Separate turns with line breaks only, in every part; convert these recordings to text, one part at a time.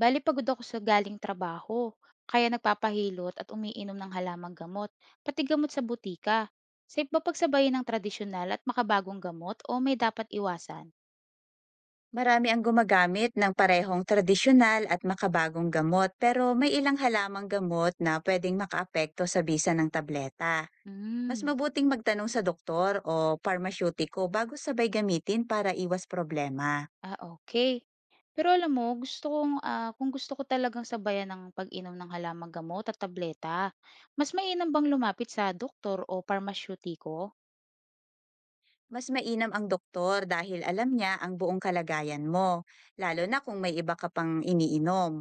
Bali pagod ako sa galing trabaho, kaya nagpapahilot at umiinom ng halamang gamot, pati gamot sa butika. Safe ba pagsabayin ng tradisyonal at makabagong gamot o may dapat iwasan?
Marami ang gumagamit ng parehong tradisyonal at makabagong gamot pero may ilang halamang gamot na pwedeng makaapekto sa bisa ng tableta. Mas
Hmm.
mabuting magtanong sa doktor o parmasyutiko bago sabay gamitin para iwas problema.
Ah, okay. Pero alam mo, gusto kong, kung gusto ko talagang sabayan ng pag-inom ng halamang gamot at tableta, mas mainam bang lumapit sa doktor o parmasyutiko?
Mas mainam ang doktor dahil alam niya ang buong kalagayan mo, lalo na kung may iba ka pang iniinom.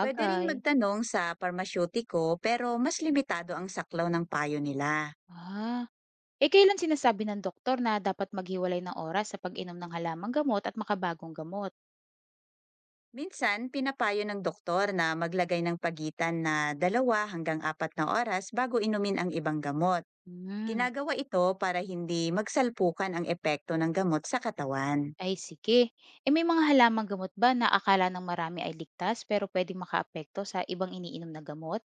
Pwede rin magtanong sa parmasyutiko pero mas limitado ang saklaw ng payo nila.
Ah. Eh, kailan sinasabi ng doktor na dapat maghiwalay ng oras sa pag-inom ng halamang gamot at makabagong gamot?
Minsan, pinapayo ng doktor na maglagay ng pagitan na dalawa hanggang apat na oras bago inumin ang ibang gamot.
Hmm.
Ginagawa ito para hindi magsalpukan ang epekto ng gamot sa katawan.
Ay sige. Eh, may mga halamang gamot ba na akala ng marami ay ligtas pero pwedeng makaapekto sa ibang iniinom na gamot?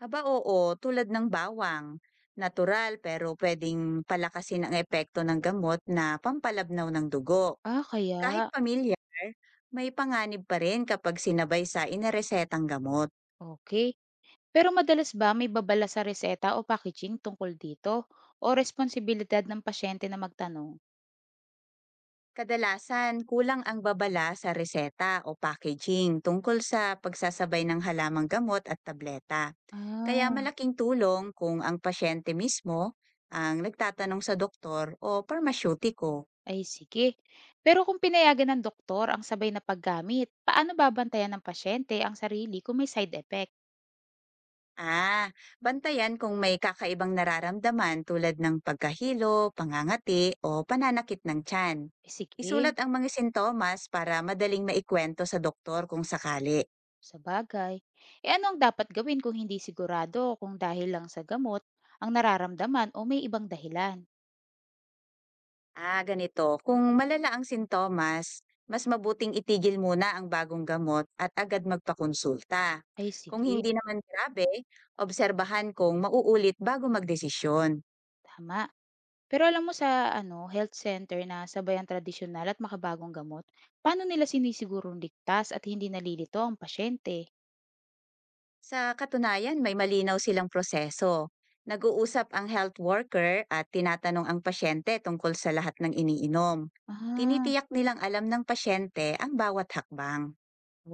Haba oo, tulad ng bawang. Natural pero pwedeng palakasin ang epekto ng gamot na pampalabnaw ng dugo.
Ah,
Kahit
kaya.
pamilyar, may panganib pa rin kapag sinabay sa inaresetang gamot.
Okay. Pero madalas ba may babala sa reseta o packaging tungkol dito? O responsibilidad ng pasyente na magtanong?
Kadalasan, kulang ang babala sa reseta o packaging tungkol sa pagsasabay ng halamang gamot at tableta. Kaya
Ah.
malaking tulong kung ang pasyente mismo ang nagtatanong sa doktor o parmasyutiko.
Ay sige. Pero kung pinayagan ng doktor ang sabay na paggamit, paano babantayan ng pasyente ang sarili kung may side effect?
Ah, bantayan kung may kakaibang nararamdaman tulad ng pagkahilo, pangangati o pananakit ng tiyan.
Eh, sige,
Isulat ang mga sintomas para madaling maikwento sa doktor kung sakali.
sabagay. Eh, ano ang dapat gawin kung hindi sigurado kung dahil lang sa gamot ang nararamdaman o may ibang dahilan?
Ah, ganito. Kung malala ang sintomas, mas mabuting itigil muna ang bagong gamot at agad magpakonsulta.
Ay
Kung
sige,
hindi naman grabe, obserbahan kung mauulit bago magdesisyon.
tama. Pero alam mo sa ano, health center na sabay ang tradisyonal at makabagong gamot, paano nila sinisigurong ligtas at hindi nalilito ang pasyente?
Sa katunayan, may malinaw silang proseso. Nag-uusap ang health worker at tinatanong ang pasyente tungkol sa lahat ng iniinom.
Ah,
Tinitiyak nilang alam ng pasyente ang bawat hakbang.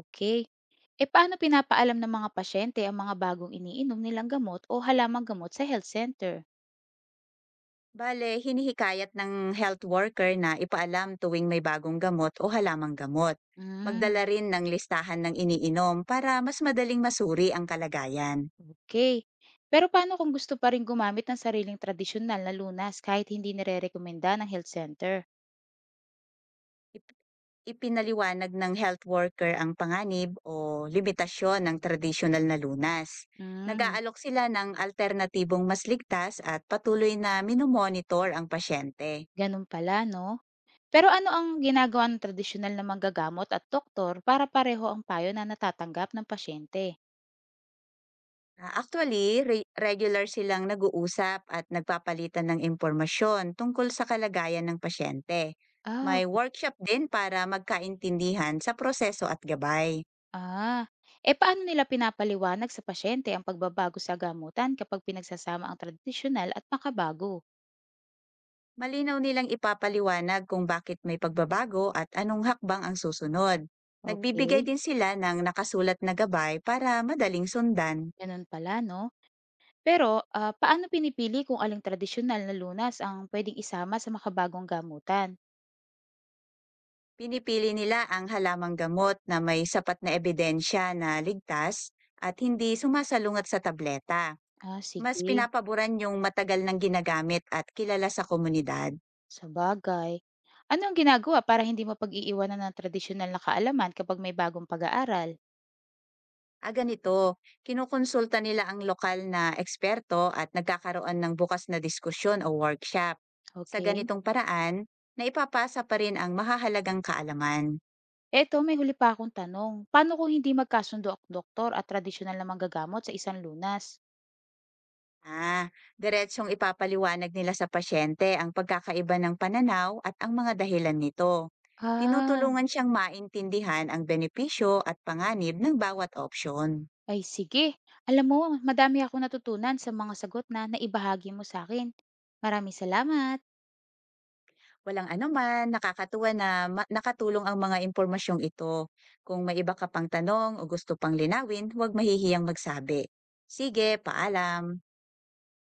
okay. E paano pinapaalam ng mga pasyente ang mga bagong iniinom nilang gamot o halamang gamot sa health center?
Bale, hinihikayat ng health worker na ipaalam tuwing may bagong gamot o halamang gamot.
Mm.
Magdala rin ng listahan ng iniinom para mas madaling masuri ang kalagayan.
Okay. Pero paano kung gusto pa rin gumamit ng sariling tradisyonal na lunas kahit hindi nirerekomenda ng health center?
Ip- Ipinaliwanag ng health worker ang panganib o limitasyon ng tradisyonal na lunas.
Mm.
Nag-aalok sila ng alternatibong mas ligtas at patuloy na minomonitor ang pasyente.
Ganun pala, no? Pero ano ang ginagawa ng tradisyonal na manggagamot at doktor para pareho ang payo na natatanggap ng pasyente?
Ah, actually, regular silang nag-uusap at nagpapalitan ng impormasyon tungkol sa kalagayan ng pasyente.
Ah,
May
ok-
workshop din para magkaintindihan sa proseso at gabay.
Ah, e paano nila pinapaliwanag sa pasyente ang pagbabago sa gamutan kapag pinagsasama ang tradisyonal at makabago?
Malinaw nilang ipapaliwanag kung bakit may pagbabago at anong hakbang ang susunod. Nagbibigay
Okay,
din sila ng nakasulat na gabay para madaling sundan.
ganun pala, no? Pero, paano pinipili kung aling tradisyonal na lunas ang puwedeng isama sa makabagong gamutan?
Pinipili nila ang halamang gamot na may sapat na ebidensya na ligtas at hindi sumasalungat sa tableta.
Ah,
Mas
sige,
pinapaboran yung matagal ng ginagamit at kilala sa komunidad.
sa bagay. Ano ang ginagawa para hindi mo mapag-iiwanan ng tradisyonal na kaalaman kapag may bagong pag-aaral?
Ah, ganito, kinukonsulta nila ang lokal na eksperto at nagkakaroon ng bukas na diskusyon o workshop. Sa
Okay?
ganitong paraan, naipapasa pa rin ang mahahalagang kaalaman.
Eto, may huli pa akong tanong. Paano kung hindi magkasundo ang doktor at tradisyonal na manggagamot sa isang lunas?
Ah, diretsyong ipapaliwanag nila sa pasyente ang pagkakaiba ng pananaw at ang mga dahilan nito.
Ah,
Tinutulungan siyang maintindihan ang benepisyo at panganib ng bawat opsyon.
ay sige. Alam mo, madami akong natutunan sa mga sagot na naibahagi mo sa akin. Maraming salamat.
Walang anuman, nakakatuwa na ma nakatulong ang mga impormasyong ito. Kung may iba ka pang tanong o gusto pang linawin, huwag mahihiyang magsabi. Sige, paalam.